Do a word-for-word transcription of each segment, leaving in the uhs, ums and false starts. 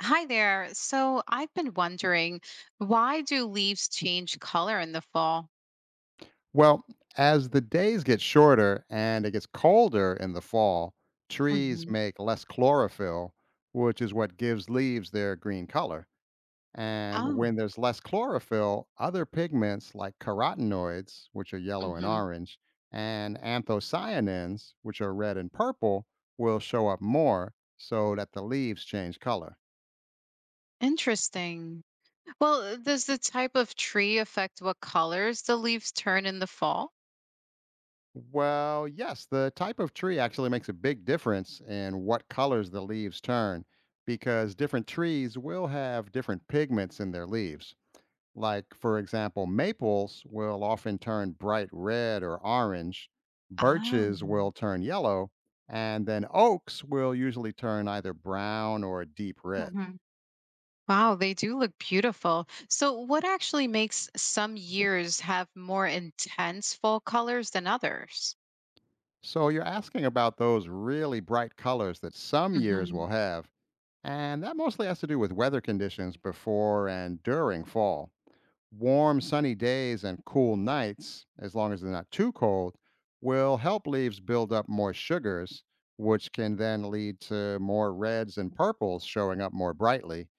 Hi there. So I've been wondering, why do leaves change color in the fall? Well, as the days get shorter and it gets colder in the fall, trees Hmm. make less chlorophyll, which is what gives leaves their green color. And Oh, when there's less chlorophyll, other pigments like carotenoids, which are yellow and hmm, orange, and anthocyanins, which are red and purple, will show up more so that the leaves change color. interesting. Well, does the type of tree affect what colors the leaves turn in the fall? Well, yes, the type of tree actually makes a big difference in what colors the leaves turn because different trees will have different pigments in their leaves. Like, for example, maples will often turn bright red or orange, Oh, birches will turn yellow, and then oaks will usually turn either brown or deep red. hmm, wow, they do look beautiful. So, what actually makes some years have more intense fall colors than others? So, you're asking about those really bright colors that some years Hmm. will have. And that mostly has to do with weather conditions before and during fall. Warm, sunny days and cool nights, as long as they're not too cold, will help leaves build up more sugars, which can then lead to more reds and purples showing up more brightly.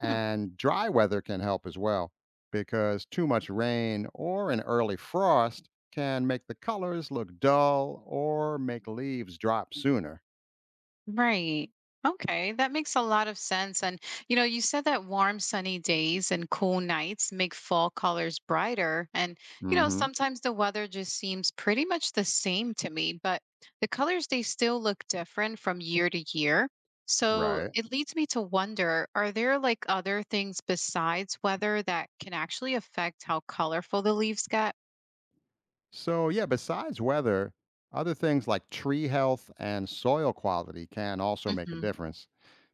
And dry weather can help as well, because too much rain or an early frost can make the colors look dull or make leaves drop sooner. Right. Okay, that makes a lot of sense. And you know, you said that warm, sunny days and cool nights make fall colors brighter. And you know, hmm sometimes the weather just seems pretty much the same to me, but the colors they still look different from year to year. So Right. it leads me to wonder are there like other things besides weather that can actually affect how colorful the leaves get? So, yeah, besides weather, other things like tree health and soil quality can also make a Hmm. difference.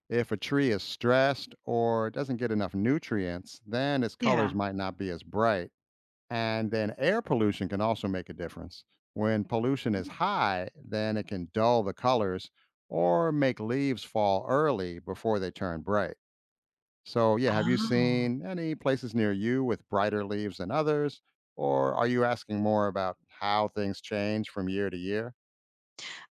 If a tree is stressed or doesn't get enough nutrients, then its colors Yeah. might not be as bright. And then air pollution can also make a difference. When pollution is Mm. high, then it can dull the colors or make leaves fall early before they turn bright. So, yeah, have you Oh. seen any places near you with brighter leaves than others? Or are you asking more about how things change from year to year?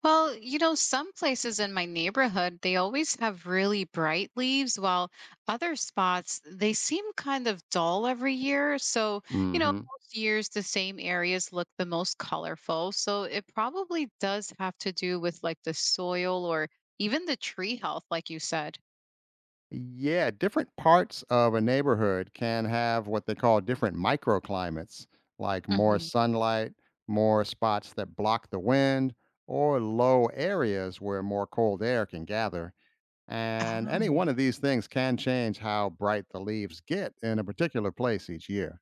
Well, you know, some places in my neighborhood, they always have really bright leaves, while other spots, they seem kind of dull every year. So, you know, hmm most years the same areas look the most colorful. So it probably does have to do with like the soil or even the tree health, like you said. Yeah, different parts of a neighborhood can have what they call different microclimates, like more Mhm. sunlight, more spots that block the wind, or low areas where more cold air can gather. And any Oh. one of these things can change how bright the leaves get in a particular place each year.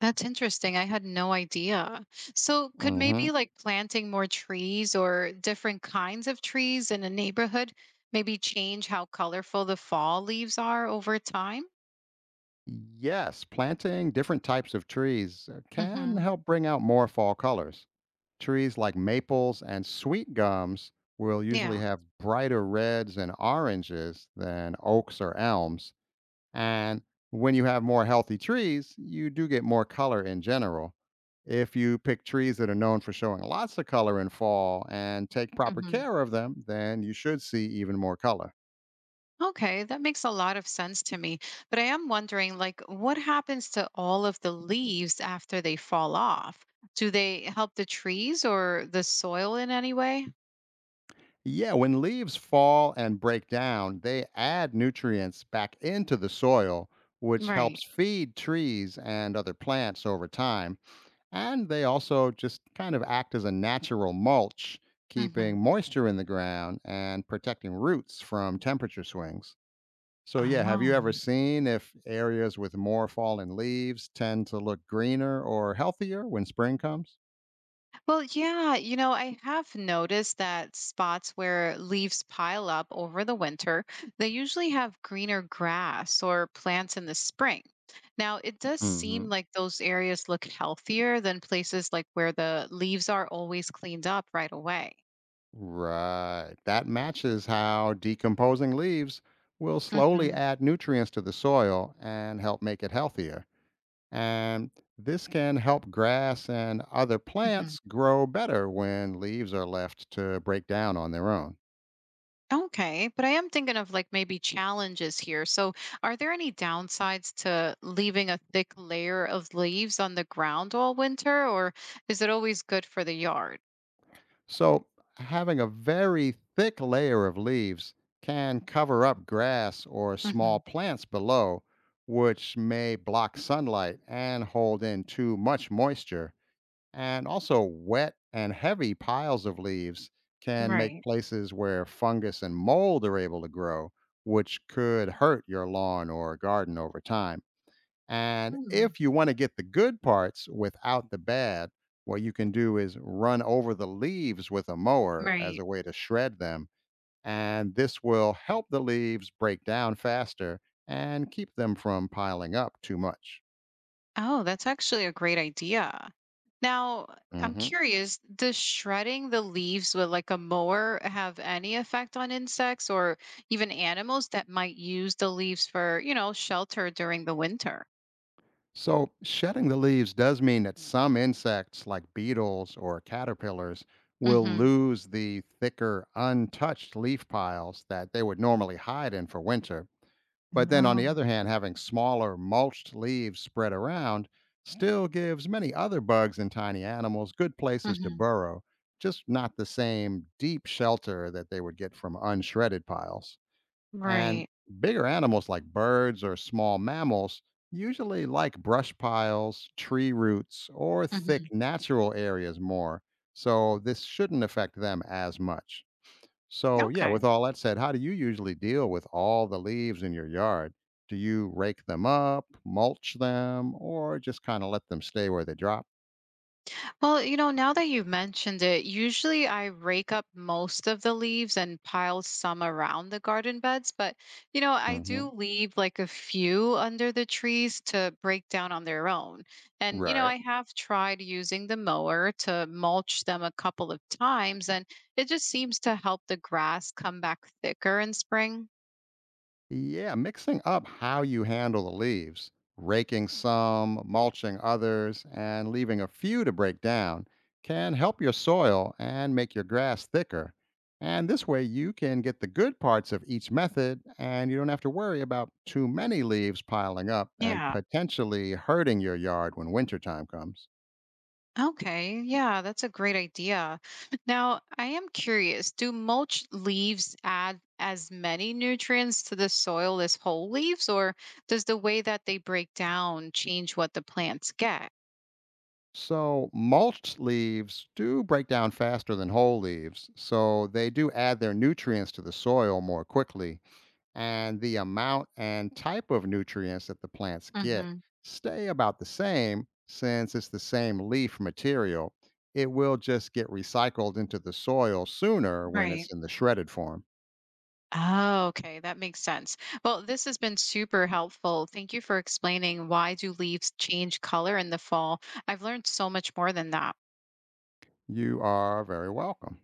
That's interesting. I had no idea. So, could hmm maybe like planting more trees or different kinds of trees in a neighborhood maybe change how colorful the fall leaves are over time? Yes, planting different types of trees uh, can Hmm. help bring out more fall colors. Trees like maples and sweet gums will usually Yeah. have brighter reds and oranges than oaks or elms. And when you have more healthy trees, you do get more color in general. If you pick trees that are known for showing lots of color in fall and take proper Hmm. care of them, then you should see even more color. Okay, that makes a lot of sense to me. But I am wondering, like, what happens to all of the leaves after they fall off? Do they help the trees or the soil in any way? Yeah, when leaves fall and break down, they add nutrients back into the soil, which helps Right. feed trees and other plants over time. And they also just kind of act as a natural mulch, keeping Hmm. moisture in the ground and protecting roots from temperature swings. So, yeah, have you ever Oh. seen if areas with more fallen leaves tend to look greener or healthier when spring comes? Well, yeah, you know, I have noticed that spots where leaves pile up over the winter, they usually have greener grass or plants in the spring. Now, it does seem hmm like those areas look healthier than places like where the leaves are always cleaned up right away. Right. That matches how decomposing leaves will slowly Hmm. add nutrients to the soil and help make it healthier. And this can help grass and other Hmm. plants grow better when leaves are left to break down on their own. Okay, but I am thinking of like maybe challenges here. So, are there any downsides to leaving a thick layer of leaves on the ground all winter, or is it always good for the yard? So, having a very thick layer of leaves can cover up grass or small Hmm. plants below, which may block sunlight and hold in too much moisture. And also, wet and heavy piles of leaves can make Right. places where fungus and mold are able to grow, which could hurt your lawn or garden over time. And Mm, if you want to get the good parts without the bad, what you can do is run over the leaves with a mower as right. a way to shred them. And this will help the leaves break down faster and keep them from piling up too much. Oh, that's actually a great idea. Now, I'm Mhm. curious, does shredding the leaves with like a mower have any effect on insects or even animals that might use the leaves for, you know, shelter during the winter? So, shedding the leaves does mean that some insects, like beetles or caterpillars, will Mm-hmm. lose the thicker, untouched leaf piles that they would normally hide in for winter. But then, on the Um, other hand, having smaller, mulched leaves spread around still gives many other bugs and tiny animals good places to Mm-hmm. burrow, just not the same deep shelter that they would get from unshredded piles. And Right. bigger animals like birds or small mammals usually like brush piles, tree roots, or thick Mm-hmm. natural areas more. So this shouldn't affect them as much. So, yeah, Okay. with all that said, how do you usually deal with all the leaves in your yard? Do you rake them up, mulch them, or just kind of let them stay where they drop? Well, you know, now that you've mentioned it, usually I rake up most of the leaves and pile some around the garden beds, but you know, I hmm do leave like a few under the trees to break down on their own. And you know, Right. I have tried using the mower to mulch them a couple of times, and it just seems to help the grass come back thicker in spring. Yeah, mixing up how you handle the leaves, raking some, mulching others, and leaving a few to break down can help your soil and make your grass thicker. And this way, you can get the good parts of each method, and you don't have to worry about too many leaves piling up and Yeah, potentially hurting your yard when wintertime comes. okay, yeah, that's a great idea. Now, I am curious, do mulch leaves add as many nutrients to the soil as whole leaves, or does the way that they break down change what the plants get? So, mulched leaves do break down faster than whole leaves, so they do add their nutrients to the soil more quickly, and the amount and type of nutrients that the plants get Hmm. stay about the same since it's the same leaf material. It will just get recycled into the soil sooner when Right. it's in the shredded form. Oh, okay, that makes sense. Well, this has been super helpful. Thank you for explaining why do leaves change color in the fall. I've learned so much more than that. You are very welcome.